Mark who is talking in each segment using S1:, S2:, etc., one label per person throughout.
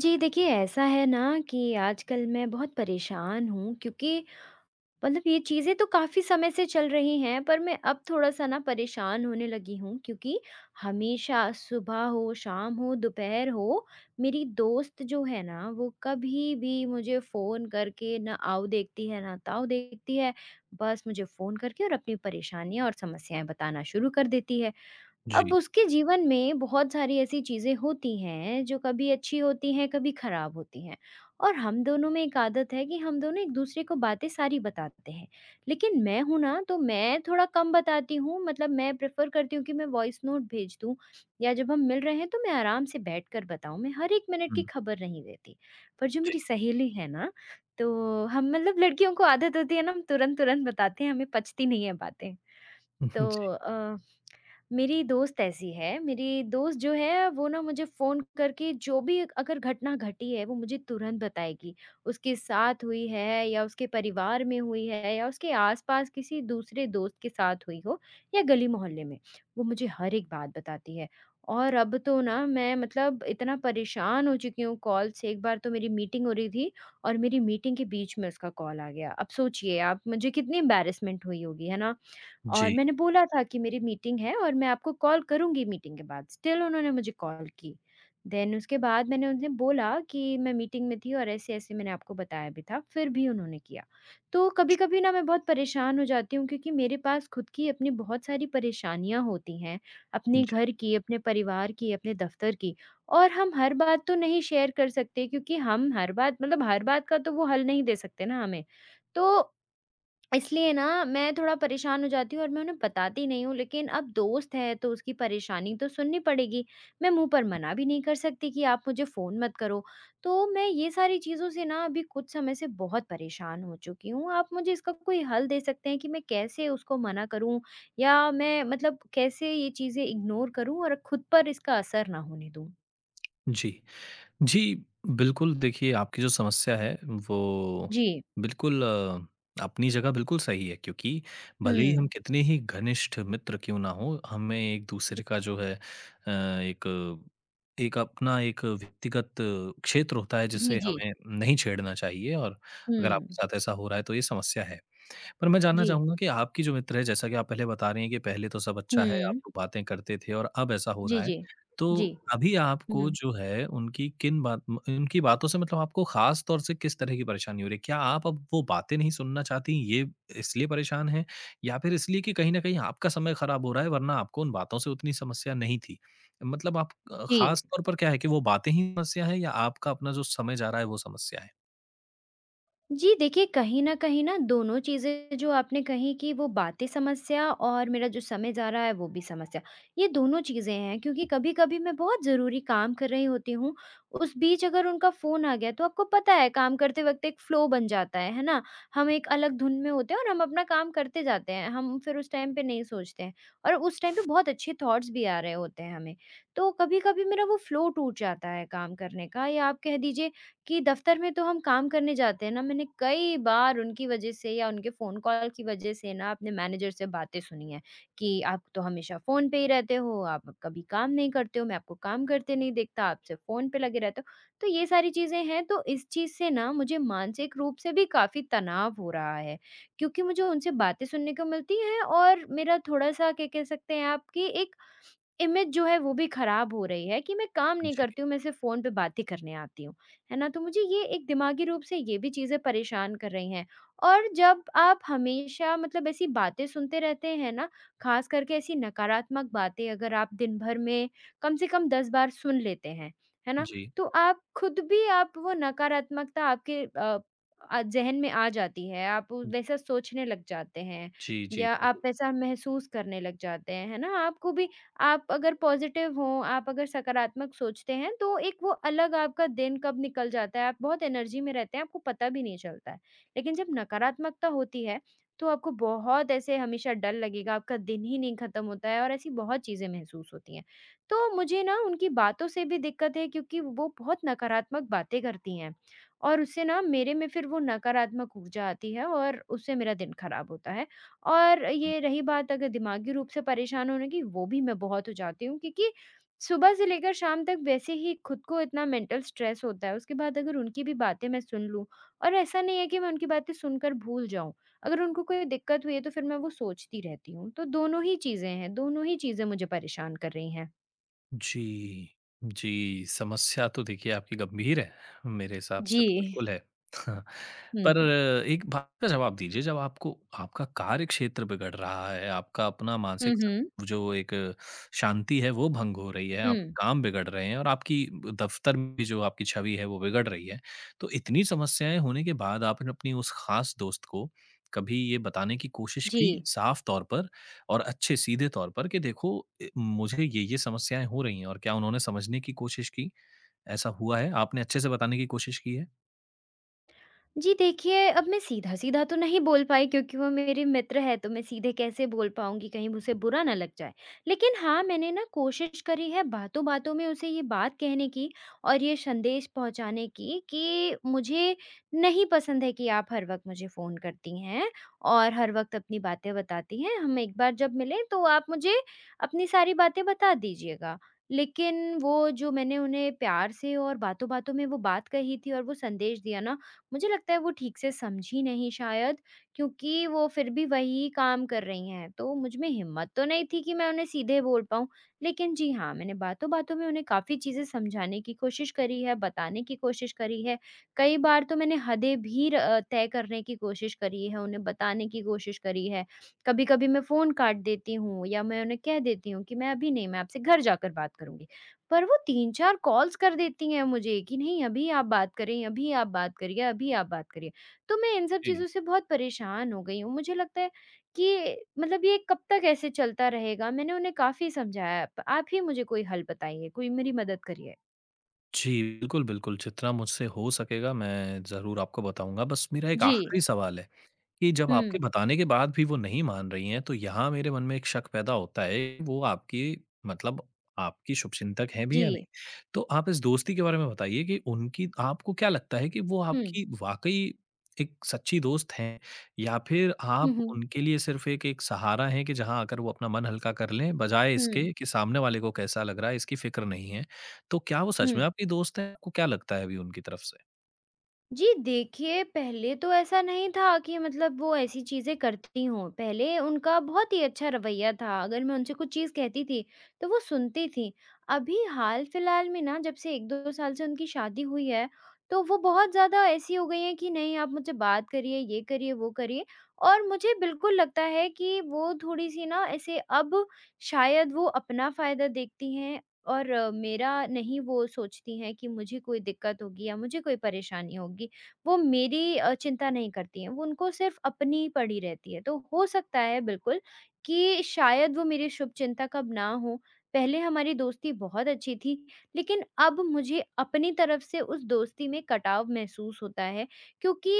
S1: जी देखिए, ऐसा है ना कि आजकल मैं बहुत परेशान हूँ क्योंकि मतलब ये चीज़ें तो काफ़ी समय से चल रही हैं, पर मैं अब थोड़ा-सा ना परेशान होने लगी हूँ क्योंकि हमेशा सुबह हो, शाम हो, दोपहर हो, मेरी दोस्त जो है ना, वो कभी भी मुझे फ़ोन करके ना आओ देखती है, ना ताओ देखती है। बस मुझे फ़ोन करके और अपनी परेशानियाँ और समस्याएँ बताना शुरू कर देती है। अब
S2: जी।
S1: उसके जीवन में बहुत सारी ऐसी चीज़ें होती हैं जो कभी अच्छी होती हैं, कभी खराब होती हैं और हम दोनों में एक आदत है कि हम दोनों एक-दूसरे को बातें सारी बताते हैं। लेकिन मैं हूँ ना तो मैं थोड़ा कम बताती हूँ, मतलब मैं प्रेफ़र करती हूँ कि मैं वॉइस नोट भेज दूँ या जब हम मिल रहे हैं तो मैं आराम से बैठकर बताऊँ। मैं हर 1 मिनट की
S2: हुँ।
S1: खबर नहीं देती। पर जो
S2: जी।
S1: मेरी सहेली है ना, तो हम मतलब लड़कियों को आदत होती है ना, हम तुरंत-तुरंत बताते हैं, हमें पचती नहीं है बातें। तो
S2: जी।
S1: अ मेरी दोस्त ऐसी है, मेरी दोस्त जो है वो ना मुझे फ़ोन करके जो भी अगर घटना घटी है वो मुझे तुरंत बताएगी। उसके साथ हुई है या उसके परिवार में हुई है या उसके आस-पास किसी दूसरे दोस्त के साथ हुई हो या गली-मोहल्ले में, वो मुझे हर एक बात बताती है। और अब तो ना मैं मतलब इतना परेशान हो चुकी हूँ कॉल से, एक बार तो मेरी मीटिंग हो रही थी और मेरी मीटिंग के बीच में उसका कॉल आ गया। अब सोचिए आप, मुझे कितनी एम्बैरेसमेंट हुई होगी, है ना? और
S2: जी।
S1: मैंने बोला था कि मेरी मीटिंग है और मैं आपको कॉल करूँगी मीटिंग के बाद, स्टिल उन्होंने मुझे कॉल की। देन उसके बाद मैंने उन्हें बोला कि मैं मीटिंग में थी और ऐसे-ऐसे मैंने आपको बताया भी था, फिर भी उन्होंने किया। तो कभी-कभी ना मैं बहुत परेशान हो जाती हूँ क्योंकि मेरे पास खुद की अपनी बहुत सारी परेशानियाँ होती हैं, अपने
S2: जी।
S1: घर की, अपने परिवार की, अपने दफ़्तर की, और हम हर बात तो नहीं शेयर कर सकते क्योंकि हम हर बात, मतलब हर बात का तो वो हल नहीं दे सकते ना हमें। तो इसलिए ना मैं थोड़ा परेशान हो जाती हूँ और मैं उन्हें बताती नहीं हूँ, लेकिन अब दोस्त है तो उसकी परेशानी तो सुननी पड़ेगी। मैं मुँह पर मना भी नहीं कर सकती कि आप मुझे फ़ोन मत करो। तो मैं ये सारी चीज़ों से ना अभी कुछ समय से बहुत परेशान हो चुकी हूँ। आप मुझे इसका कोई हल दे सकते हैं कि मैं कैसे उसको मना करूँ? या मैं मतलब कैसे ये चीज़ें इग्नोर करूँ और खुद पर इसका असर ना होने दूँ?
S2: जी। जी, बिल्कुल देखिए, आपकी जो समस्या है वो
S1: जी।
S2: बिल्कुल अपनी जगह बिल्कुल सही है, क्योंकि भले ही हम
S1: हुँ।
S2: कितने ही घनिष्ठ मित्र क्यों ना हों, हमें एक-दूसरे का जो है एक एक अपना एक व्यक्तिगत क्षेत्र होता है
S1: जी,
S2: जिसे
S1: जी।
S2: हमें नहीं छेड़ना चाहिए, और अगर आपके
S1: हुँ।
S2: साथ ऐसा हो रहा है तो ये समस्या है। पर मैं जानना
S1: जी।
S2: चाहूँगा कि आपकी जो मित्र है, जैसा कि आप पहले बता रही हैं कि पहले तो सब अच्छा है, आप
S1: हुँ।
S2: लोग बातें करते थे और अब ऐसा हो रहा
S1: जी,
S2: है।
S1: जी।
S2: तो
S1: जी।
S2: अभी आपको
S1: हुँ।
S2: जो है उनकी किन बात म उनकी बातों से मतलब आपको ख़ास तौर से किस तरह की परेशानी हो रही है? क्या आप अब वो बातें नहीं सुनना चाहती, ये इसलिए परेशान हैं? या फिर इसलिए कि कहीं न कहीं आपका समय ख़राब हो रहा है, वरना आपको उन बातों से उतनी समस्या नहीं थी? मतलब आप
S1: जी।
S2: ख़ास तौर पर क्या है कि वो बातें ही समस्या है, या आपका अपना जो समय जा रहा है वो समस्या है?
S1: जी देखिए, कहीं न कहीं ना दोनों चीज़ें जो आपने कही कि वो बातें समस्या और मेरा जो समय जा रहा है वो भी समस्या। ये दोनों चीज़ें हैं क्योंकि कभी-कभी मैं बहुत ज़रूरी काम कर रही होती हूँ, उस बीच अगर उनका फ़ोन आ गया तो आपको पता है काम करते वक़्त एक फ़्लो बन जाता है ना? हम एक अलग धुन में होते हैं और हम अपना काम करते जाते हैं, हम फिर उस टाइम पे नहीं सोचते हैं और उस टाइम पे बहुत अच्छे थॉट्स भी आ रहे होते हैं हमें। तो कभी-कभी मेरा वो फ़्लो टूट जाता है काम करने का, या आप कह दीजिए कि दफ्तर में तो हम काम करने जाते हैं ना, मैंने कई बार उनकी वजह से या उनके फ़ोन कॉल की वजह से ना अपने मैनेजर से बातें सुनी हैं कि, "आप तो हमेशा फ़ोन पे ही रहते हो, आप कभी काम नहीं करते हो, मैं आपको काम करते नहीं देखता, आप सिर्फ़ फ़ोन पे लगे रहते हो।" तो ये सारी चीज़ें हैं, तो इस चीज़ से ना मुझे मानसिक रूप से भी काफ़ी तनाव हो रहा है, क्योंकि मुझे उनसे बातें सुनने को मिलती हैं और मेरा थोड़ा-सा क्या कह सकते हैं आप कि एक इमेज जो है वो भी खराब हो रही है कि मैं काम
S2: जी,
S1: नहीं
S2: जी।
S1: करती हूँ, मैं सिर्फ़ फ़ोन पे बातें करने आती हूँ। है ना? तो मुझे ये एक दिमागी रूप से ये भी चीज़ें परेशान कर रही हैं, और जब आप हमेशा मतलब ऐसी बातें सुनते रहते हैं ना, ख़ास करके ऐसी नकारात्मक बातें अगर आप दिन भर में कम से कम 10 बार सुन लेते हैं, है ना? तो आप खुद भी आप वो नकारात्मकता आपके ज़हन में आ जाती है, आप वैसा सोचने लग जाते हैं
S2: जी, जी,
S1: या आप
S2: बिल्कुल।
S1: वैसा महसूस करने लग जाते हैं, है ना? आपको भी, आप अगर पॉज़िटिव हो, आप अगर सकारात्मक सोचते हैं, तो एक वो अलग आपका दिन कब निकल जाता है, आप बहुत एनर्जी में रहते हैं, आपको पता भी नहीं चलता है। लेकिन जब नकारात्मकता होती है, तो आपको बहुत ऐसे हमेशा डर लगेगा, आपका दिन ही नहीं ख़त्म होता है और ऐसी बहुत चीज़ें महसूस होती हैं। तो मुझे ना उनकी बातों से भी दिक्कत है क्योंकि वो बहुत नकारात्मक बातें करती हैं और उससे ना मेरे में फिर वो नकारात्मक ऊर्जा आती है और उससे मेरा दिन ख़राब होता है। और ये रही बात अगर दिमागी रूप से परेशान होने की, वो भी मैं बहुत हो जाती हूँ क्योंकि सुबह से लेकर शाम तक वैसे ही खुद को इतना मेंटल स्ट्रेस होता है, उसके बाद अगर उनकी भी बातें मैं सुन लूँ, और ऐसा नहीं है कि मैं उनकी बातें सुनकर भूल जाऊँ, अगर उनको कोई दिक्कत हुई है तो फिर मैं वो सोचती रहती हूँ। तो दोनों ही चीज़ें हैं, दोनों ही चीज़ें मुझे परेशान कर रही हैं।
S2: जी, जी, समस्या तो देखिए आपकी गंभीर है, मेरे हिसाब से
S1: जी।
S2: तो बिल्कुल है। हाँ, पर
S1: हुँ।
S2: एक बात का जवाब दीजिए, जब आपको आपका कार्यक्षेत्र बिगड़ रहा है, आपका अपना
S1: हुँ,
S2: मानसिक स
S1: हुँ।
S2: जो एक शांति है वो भंग हो रही है, आपके
S1: हुँ।
S2: काम बिगड़ रहे हैं, और आपकी दफ़्तर में भी जो आपकी छवि है वो बिगड़ रही है। तो इतनी समस्याएँ होने के बाद आपने अपनी उस ख़ास दोस्त को कभी ये बताने की कोशिश
S1: जी।
S2: की साफ़ तौर पर और अच्छे सीधे तौर पर कि देखो मुझे ये-ये समस्याएँ हो रही हैं, और क्या उन्होंने समझने की कोशिश की? ऐसा हुआ है? आपने अच्छे से बताने की कोशिश की है?
S1: जी देखिए, अब मैं सीधा-सीधा तो नहीं बोल पाई क्योंकि वो मेरे मित्र हैं, तो मैं सीधे कैसे बोल पाऊँगी, कहीं उसे बुरा ना लग जाए। लेकिन हाँ, मैंने ना कोशिश करी है बातों-बातों में उसे ये बात कहने की और ये संदेश पहुँचाने की कि मुझे नहीं पसंद है कि आप हर वक़्त मुझे फ़ोन करती हैं और हर वक़्त अपनी बातें बताती हैं। हम एक बार जब मिलें तो आप मुझे अपनी सारी बातें बता दीजिएगा। लेकिन वो जो मैंने उन्हें प्यार से और बातों-बातों में वो बात कही थी और वो संदेश दिया ना, मुझे लगता है वो ठीक से समझी नहीं शायद, क्योंकि वो फिर भी वही काम कर रही हैं। तो मुझ में हिम्मत तो नहीं थी कि मैं उन्हें सीधे बोल पाऊँ, लेकिन जी हाँ, मैंने बातों-बातों में उन्हें काफ़ी चीज़ें समझाने की कोशिश करी है, बताने की कोशिश करी है। कई बार तो मैंने हदें भी तय करने की कोशिश करी है, उन्हें बताने की कोशिश करी है। कभी-कभी मैं फ़ोन काट देती हूँ या मैं उन्हें कह देती हूँ कि मैं अभी नहीं, मैं आपसे घर जाकर बात करूँगी। पर वो 3-4 कॉल्स कर देती हैं मुझे कि नहीं अभी आप बात करें, अभी आप बात करिए, अभी आप बात करिए। तो मैं इन सब चीज़ों से बहुत परेशान हो गई हूँ। मुझे लगता है कि मतलब ये कब तक ऐसे चलता रहेगा? मैंने उन्हें काफ़ी समझाया। प आप ही मुझे कोई हल बताइए, कोई मेरी मदद करिए।
S2: जी, बिल्कुल, बिल्कुल, जितना मुझसे हो सकेगा मैं ज़रूर आपको बताऊँगा। बस मेरा एक
S1: जी।
S2: आखिरी सवाल है कि जब आपके
S1: हुँ।
S2: बताने के बाद भी वो नहीं मान रही हैं, तो यहाँ मेरे मन में एक शक पैदा होता है कि वो आपकी मतलब आपकी शुभचिंतक हैं भी
S1: जी।
S2: या नहीं? तो आप इस दोस्ती के बारे में बताइए कि उनकी आपको क्या लगता है कि वो
S1: हुँ।
S2: आपकी वाक़ई एक सच्ची दोस्त हैं, या फिर
S1: हुँ,
S2: आप
S1: हुँ।
S2: उनके लिए सिर्फ़ एक एक सहारा हैं कि जहाँ आकर वो अपना मन हल्का कर लें, बजाय
S1: हुँ,
S2: इसके कि सामने वाले को कैसा लग रहा है, इसकी फ़िक्र नहीं है? तो क्या वो सच
S1: हुँ।
S2: में आपकी दोस्त हैं? आपको क्या लगता है अभी उनकी तरफ से?
S1: जी देखिए, पहले तो ऐसा नहीं था कि मतलब वो ऐसी चीज़ें करती हों। पहले उनका बहुत ही अच्छा रवैया था, अगर मैं उनसे कुछ चीज़ कहती थी, तो वो सुनती थीं। अभी हाल-फिलहाल में ना जब से 1-2 साल से उनकी शादी हुई है, तो वो बहुत ज़्यादा ऐसी हो गई हैं कि नहीं आप मुझसे बात करिए, ये करिए, वो करिए, और मुझे बिल्कुल लगता है कि वो थोड़ी-सी ना ऐसे अब शायद वो अपना फ़ायदा देखती हैं और मेरा नहीं वो सोचती हैं कि मुझे कोई दिक्कत होगी या मुझे कोई परेशानी होगी। वो मेरी चिंता नहीं करती हैं, वो उनको सिर्फ़ अपनी पड़ी रहती है। तो हो सकता है बिल्कुल कि शायद वो मेरी शुभचिंतक अब ना हों। पहले हमारी दोस्ती बहुत अच्छी थी, लेकिन अब मुझे अपनी तरफ से उस दोस्ती में कटाव महसूस होता है, क्योंकि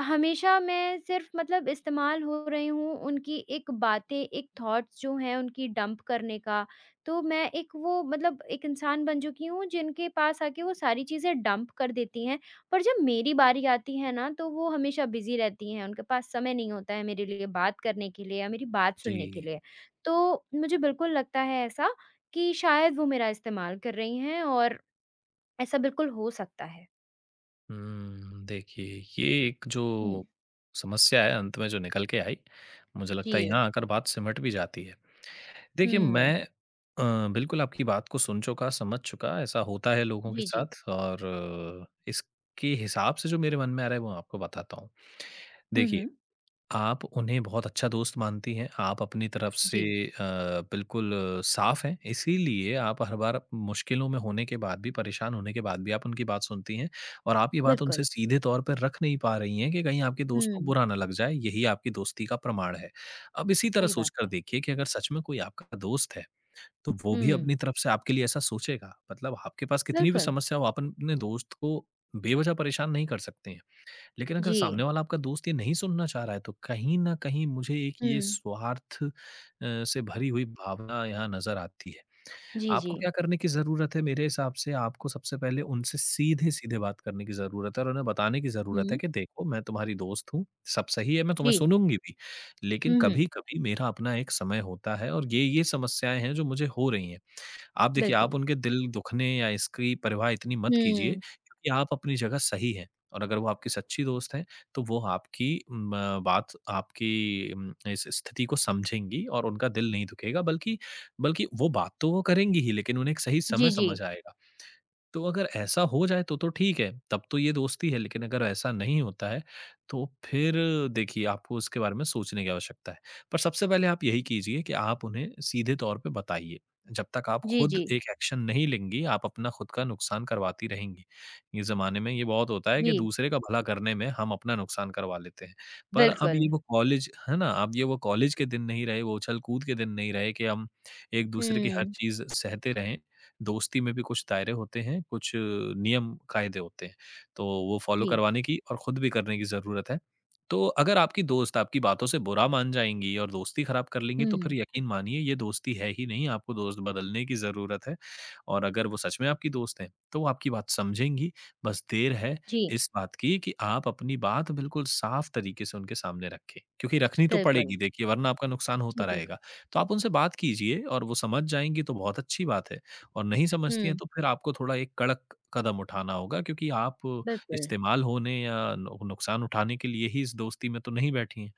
S1: हमेशा मैं सिर्फ़ मतलब इस्तेमाल हो रही हूँ, उनकी एक बातें, एक थॉट्स जो हैं उनकी डंप करने का, तो मैं एक वो मतलब एक इंसान बन चुकी हूँ जिनके पास आके वो सारी चीज़ें डंप कर देती हैं, पर जब मेरी बारी आती है ना तो वो हमेशा बिज़ी रहती हैं, उनके पास समय नहीं होता है मेरे लिए बात करने के लिए या मेरी बात सुनने के
S2: जी।
S1: लिए। तो मुझे बिल्कुल लगता है ऐसा कि शायद वो मेरा इस्तेमाल कर रही हैं, और ऐसा बिल्कुल हो सकता है।
S2: हुँ, देखिए ये एक
S1: हुँ,
S2: जो समस्या है अंत में जो निकल के आई, मुझे लगता है
S1: जी।
S2: यहाँ आकर बात सिमट भी जाती है। देखिए
S1: हुँ।
S2: मैं बिल्कुल आपकी बात को सुन चुका, समझ चुका, ऐसा होता है लोगों के
S1: जी, जी।
S2: साथ, और इसके हिसाब से जो मेरे मन में आ रहा है वो आपको बताता हूँ।
S1: हुँ,
S2: देखिए
S1: हुँ।
S2: आप उन्हें बहुत अच्छा दोस्त मानती हैं, आप अपनी तरफ से
S1: जी,
S2: बिल्कुल साफ़ हैं, इसीलिए आप हर बार मुश्किलों में होने के बाद भी, परेशान होने के बाद भी आप उनकी बात सुनती हैं, और आप ये बात
S1: बिल्कुल।
S2: उनसे सीधे तौर पर रख नहीं पा रही हैं कि कहीं आपके दोस्त
S1: हुँ,
S2: को बुरा ना लग जाए, यही आपकी दोस्ती का प्रमाण है। अब इसी तरह
S1: सही बात
S2: सोचकर
S1: है।
S2: देखिए कि अगर सच में कोई आपका दोस्त है, तो वो भी
S1: हुँ,
S2: अपनी तरफ से आपके लिए ऐसा सोचेगा, मतलब आपके पास कितनी भी
S1: बिल्कुल।
S2: समस्या हो, आप अपने दोस्त को बेवजह परेशान नहीं कर सकते हैं। लेकिन अगर
S1: जी।
S2: सामने वाला आपका दोस्त ये नहीं सुनना चाह रहा है, तो कहीं न कहीं मुझे एक ये
S1: हुँ।
S2: स्वार्थ से भरी हुई भावना यहाँ नज़र आती है।
S1: जी, जी।
S2: आपको क्या करने की ज़रूरत है, मेरे हिसाब से आपको सबसे पहले उनसे सीधे-सीधे बात करने की ज़रूरत है और उन्हें बताने की ज़रूरत है
S1: हुँ,
S2: कि देखो मैं तुम्हारी दोस्त हूँ, सब सही है, मैं तुम्हें
S1: जी।
S2: सुनूँगी भी। लेकिन
S1: हुँ, हुँ,
S2: कभी-कभी मेरा अपना एक समय होता है और ये समस्याएँ हैं जो मुझे हो रही हैं। आप देखिए, आप
S1: बिल्कुल।
S2: उनके दिल दुखने या इसकी परवाह इतनी मत कीजिए
S1: हुँ,
S2: क्योंकि आप अपनी जगह सही हैं, और अगर वो आपकी सच्ची दोस्त हैं, तो वो आपकी बात, आपकी इस स्थिति को समझेंगी और उनका दिल नहीं दुखेगा, बल्कि बल्कि वो बात तो वो करेंगी ही, लेकिन उन्हें एक सही समय
S1: जी, जी।
S2: समझ आएगा। तो अगर ऐसा हो जाए तो ठीक है, तब तो ये दोस्ती है, लेकिन अगर ऐसा नहीं होता है, तो फिर देखिए आपको उसके बारे में सोचने की आवश्यकता है। पर सबसे पहले आप यही कीजिए कि आप उन्हें सीधे तौर पे बताइए। जब तक आप
S1: जी,
S2: खुद
S1: जी।
S2: एक एक्शन नहीं लेंगी, आप अपना खुद का नुकसान करवाती रहेंगी। ये ज़माने में ये बहुत होता है कि
S1: जी,
S2: दूसरे का भला करने में हम अपना नुकसान करवा लेते हैं। पर अब
S1: बिल्कुल।
S2: ये वो कॉलेज है ना? अब ये वो कॉलेज के दिन नहीं रहे, वो उछल-कूद के दिन नहीं रहे कि हम एक-दूसरे की हर
S1: हुँ,
S2: चीज़ सहते रहें। दोस्ती में भी कुछ दायरे होते हैं, कुछ नियम कायदे होते हैं। तो वो फ़ॉलो
S1: जी।
S2: करवाने की और खुद भी करने की ज़रूरत है। तो अगर आपकी दोस्त आपकी बातों से बुरा मान जाएँगी और दोस्ती ख़राब कर लेंगी, तो फिर
S1: हुँ,
S2: यकीन मानिए ये दोस्ती है ही नहीं, आपको दोस्त बदलने की ज़रूरत है। और अगर वो सच में आपकी दोस्त हैं, तो वो आपकी बात समझेंगी, बस देर है
S1: जी,
S2: इस बात की कि आप अपनी बात बिल्कुल साफ़ तरीके से उनके सामने रखें। क्योंकि रखनी तो
S1: बिल्कुल।
S2: पड़ेगी देखिए, वरना आपका नुकसान होता
S1: जी,
S2: रहेगा।
S1: बिल्कुल।
S2: तो आप उनसे बात कीजिए और वो समझ जाएँगी तो बहुत अच्छी बात है। और नहीं समझती हैं
S1: हुँ,
S2: तो फिर आपको थोड़ा एक कड़क कदम उठाना होगा, क्योंकि आप
S1: बिल्कुल।
S2: इस्तेमाल होने या नु नुकसान उठाने के लिए ही इस दोस्ती में तो नहीं बैठी हैं।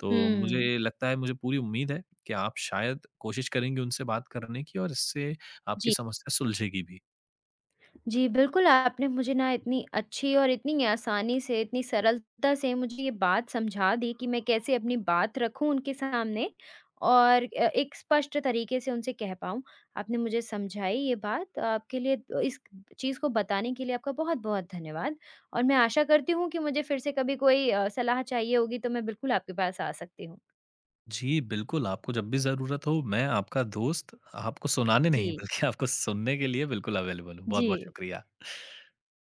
S2: तो मुझे
S1: हुँ,
S2: लगता है, मुझे पूरी उम्मीद है कि आप शायद कोशिश करेंगी उनसे बात करने की और इससे आपकी
S1: जी।
S2: समस्या सुलझेगी भी।
S1: जी, बिल्कुल, आपने मुझे ना इतनी अच्छी और इतनी आसानी से, इतनी सरलता से मुझे ये बात समझा दी कि मैं कैसे अपनी बात रखूँ उनके सामने और एक स्पष्ट तरीके से उनसे कह पाऊँ। आपने मुझे समझाई ये बात, आपके लिए इस चीज़ को बताने के लिए आपका बहुत-बहुत धन्यवाद, और मैं आशा करती हूँ कि मुझे फिर से कभी कोई सलाह चाहिए होगी, तो मैं बिल्कुल आपके पास आ सकती हूँ।
S2: जी, बिल्कुल आपको जब भी ज़रूरत हो, मैं आपका दोस्त आपको सुनाने नहीं
S1: जी,
S2: बल्कि आपको सुनने के लिए बिल्कुल अवेलेबल हूँ।
S1: जी।
S2: बहुत-बहुत शुक्रिया।